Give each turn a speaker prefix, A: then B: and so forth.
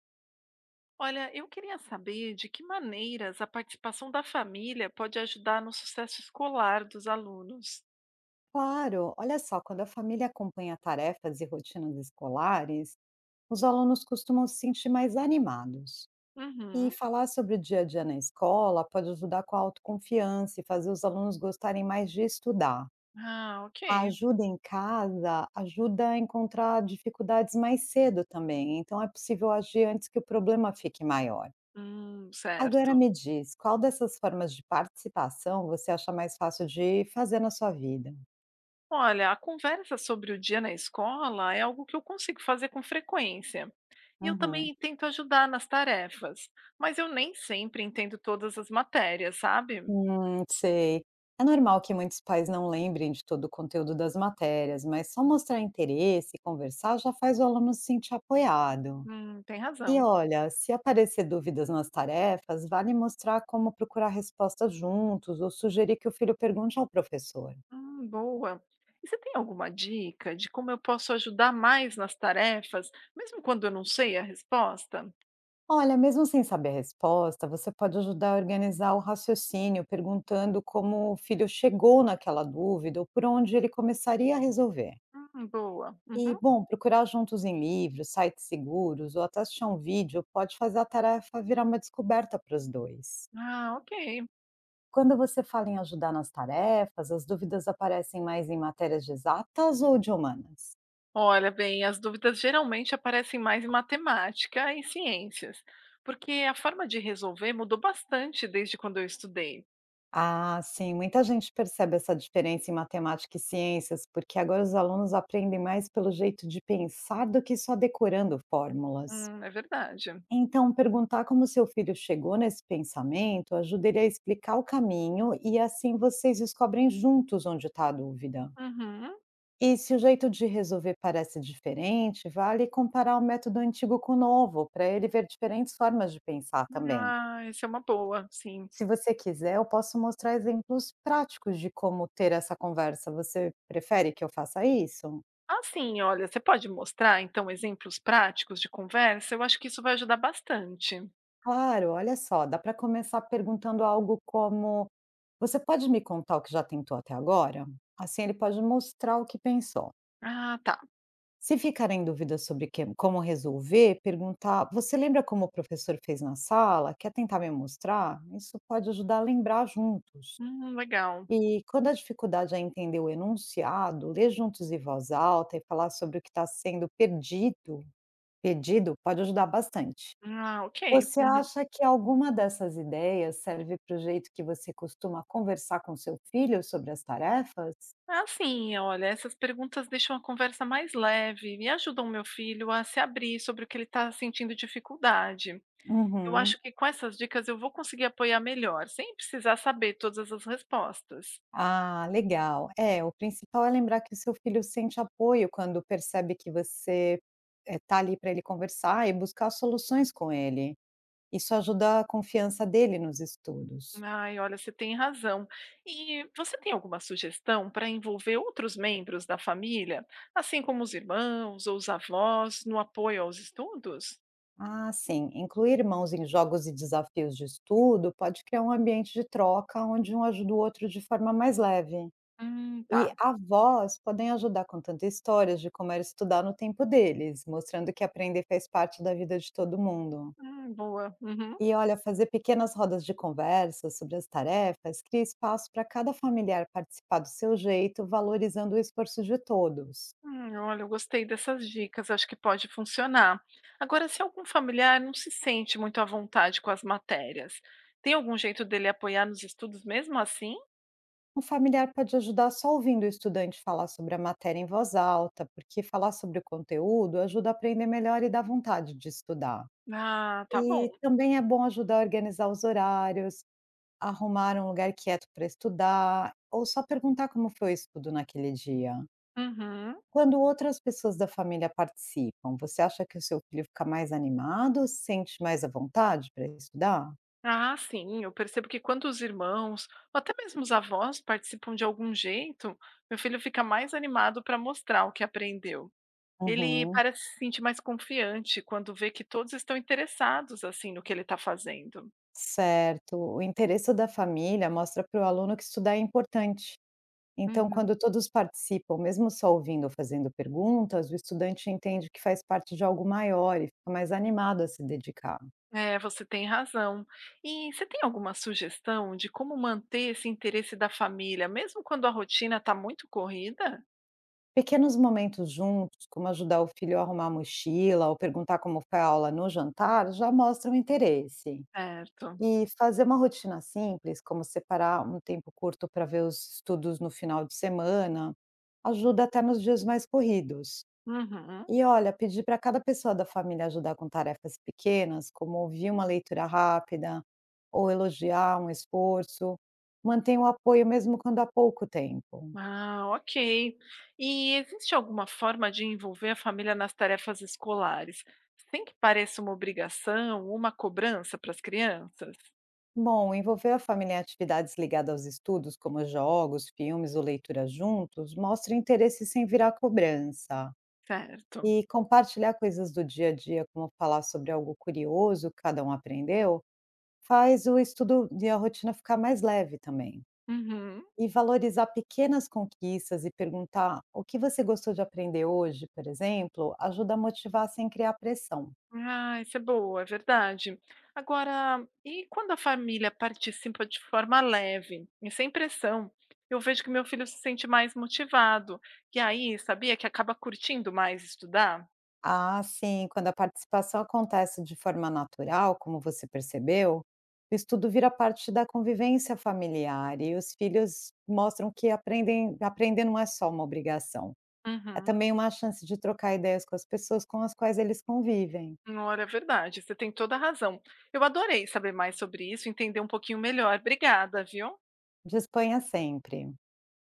A: Olha, eu queria saber de que maneiras a participação da família pode ajudar no sucesso escolar dos alunos.
B: Claro, olha só, quando a família acompanha tarefas e rotinas escolares, os alunos costumam se sentir mais animados. E
A: Uhum.
B: falar sobre o dia a dia na escola pode ajudar com a autoconfiança e fazer os alunos gostarem mais de estudar.
A: Ah, ok.
B: A ajuda em casa ajuda a encontrar dificuldades mais cedo também, então é possível agir antes que o problema fique maior. Agora
A: Certo.
B: me diz, qual dessas formas de participação você acha mais fácil de fazer na sua vida?
A: Olha, a conversa sobre o dia na escola é algo que eu consigo fazer com frequência. E eu
B: Uhum.
A: também tento ajudar nas tarefas, mas eu nem sempre entendo todas as matérias, sabe?
B: Sei. É normal que muitos pais não lembrem de todo o conteúdo das matérias, mas só mostrar interesse e conversar já faz o aluno se sentir apoiado.
A: Tem
B: E
A: razão.
B: olha, se aparecer dúvidas nas tarefas, vale mostrar como procurar respostas juntos ou sugerir que o filho pergunte ao professor.
A: Boa. E você tem alguma dica de como eu posso ajudar mais nas tarefas, mesmo quando eu não sei a resposta?
B: Olha, mesmo sem saber a resposta, você pode ajudar a organizar o raciocínio perguntando como o filho chegou naquela dúvida ou por onde ele começaria a resolver.
A: Boa.
B: E,
A: Uhum.
B: bom, procurar juntos em livros, sites seguros ou até assistir um vídeo pode fazer a tarefa virar uma descoberta para os dois.
A: Ah, ok.
B: Quando você fala em ajudar nas tarefas, as dúvidas aparecem mais em matérias de exatas ou de humanas?
A: Olha, bem, as dúvidas geralmente aparecem mais em matemática e ciências, porque a forma de resolver mudou bastante desde quando eu estudei.
B: Ah, sim, muita gente percebe essa diferença em matemática e ciências, porque agora os alunos aprendem mais pelo jeito de pensar do que só decorando fórmulas.
A: É verdade.
B: Então, perguntar como seu filho chegou nesse pensamento ajuda ele a explicar o caminho e assim vocês descobrem juntos onde está a dúvida.
A: Uhum.
B: E se o jeito de resolver parece diferente, vale comparar o método antigo com o novo, para ele ver diferentes formas de pensar também.
A: Ah, essa é uma boa, sim.
B: Se você quiser, eu posso mostrar exemplos práticos de como ter essa conversa. Você prefere que eu faça isso?
A: Assim, olha, você pode mostrar então exemplos práticos de conversa? Eu acho que isso vai ajudar bastante.
B: Claro, olha só, dá para começar perguntando algo como: você pode me contar o que já tentou até agora? Assim ele pode mostrar o que pensou.
A: Ah, tá.
B: Se ficar em dúvida sobre como resolver, perguntar: você lembra como o professor fez na sala? Quer tentar me mostrar? Isso pode ajudar a lembrar juntos.
A: Legal.
B: E quando a dificuldade é entender o enunciado, ler juntos em voz alta e falar sobre o que está sendo perdido, pedido, pode ajudar bastante.
A: Ah, ok.
B: Você
A: Uhum.
B: acha que alguma dessas ideias serve para o jeito que você costuma conversar com seu filho sobre as tarefas?
A: Ah, sim, olha, essas perguntas deixam a conversa mais leve e ajudam meu filho a se abrir sobre o que ele está sentindo dificuldade. Eu
B: Uhum.
A: acho que com essas dicas eu vou conseguir apoiar melhor, sem precisar saber todas as respostas.
B: Ah, legal. É, o principal é lembrar que o seu filho sente apoio quando percebe que você está ali para ele conversar e buscar soluções com ele. Isso ajuda a confiança dele nos estudos.
A: Ai, olha, você tem razão. E você tem alguma sugestão para envolver outros membros da família, assim como os irmãos ou os avós, no apoio aos estudos?
B: Ah, sim. Incluir irmãos em jogos e desafios de estudo pode criar um ambiente de troca onde um ajuda o outro de forma mais leve.
A: Tá.
B: E avós podem ajudar contando histórias de como era estudar no tempo deles, mostrando que aprender faz parte da vida de todo mundo.
A: Boa. Uhum.
B: E olha, fazer pequenas rodas de conversa sobre as tarefas cria espaço para cada familiar participar do seu jeito, valorizando o esforço de todos.
A: Olha, eu gostei dessas dicas, acho que pode funcionar. Agora, se algum familiar não se sente muito à vontade com as matérias, tem algum jeito dele apoiar nos estudos mesmo assim?
B: Um familiar pode ajudar só ouvindo o estudante falar sobre a matéria em voz alta, porque falar sobre o conteúdo ajuda a aprender melhor e dá vontade de estudar.
A: Ah, tá
B: E
A: bom.
B: também é bom ajudar a organizar os horários, arrumar um lugar quieto para estudar, ou só perguntar como foi o estudo naquele dia.
A: Uhum.
B: Quando outras pessoas da família participam, você acha que o seu filho fica mais animado, se sente mais à vontade para estudar?
A: Ah, sim, eu percebo que quando os irmãos, ou até mesmo os avós, participam de algum jeito, meu filho fica mais animado para mostrar o que aprendeu. Ele
B: Uhum,
A: parece se sentir mais confiante quando vê que todos estão interessados assim no que ele está fazendo.
B: certo. O interesse da família mostra para o aluno que estudar é importante. Então, quando todos participam, mesmo só ouvindo ou fazendo perguntas, o estudante entende que faz parte de algo maior e fica mais animado a se dedicar.
A: É, você tem razão. E você tem alguma sugestão de como manter esse interesse da família, mesmo quando a rotina está muito corrida?
B: Pequenos momentos juntos, como ajudar o filho a arrumar a mochila ou perguntar como foi a aula no jantar, já mostram interesse.
A: Certo.
B: E fazer uma rotina simples, como separar um tempo curto para ver os estudos no final de semana, ajuda até nos dias mais corridos.
A: Uhum.
B: E olha, pedir para cada pessoa da família ajudar com tarefas pequenas, como ouvir uma leitura rápida ou elogiar um esforço, mantém o apoio mesmo quando há pouco tempo.
A: Ah, ok. E existe alguma forma de envolver a família nas tarefas escolares, sem que pareça uma obrigação ou uma cobrança para as crianças?
B: Bom, envolver a família em atividades ligadas aos estudos, como jogos, filmes ou leituras juntos, mostra interesse sem virar cobrança.
A: Certo.
B: E compartilhar coisas do dia a dia, como falar sobre algo curioso que cada um aprendeu, faz o estudo e a rotina ficar mais leve também.
A: Uhum.
B: E valorizar pequenas conquistas e perguntar o que você gostou de aprender hoje, por exemplo, ajuda a motivar sem criar pressão.
A: Ah, isso é boa, é verdade. Agora, e quando a família participa de forma leve e sem pressão, eu vejo que meu filho se sente mais motivado. E aí, sabia que acaba curtindo mais estudar?
B: Ah, sim, quando a participação acontece de forma natural, como você percebeu, o estudo vira parte da convivência familiar e os filhos mostram que aprendem, aprender não é só uma obrigação. É
A: Uhum.
B: também uma chance de trocar ideias com as pessoas com as quais eles convivem.
A: Olha, é verdade, você tem toda a razão. Eu adorei saber mais sobre isso, entender um pouquinho melhor. Obrigada, viu?
B: De Espanha sempre.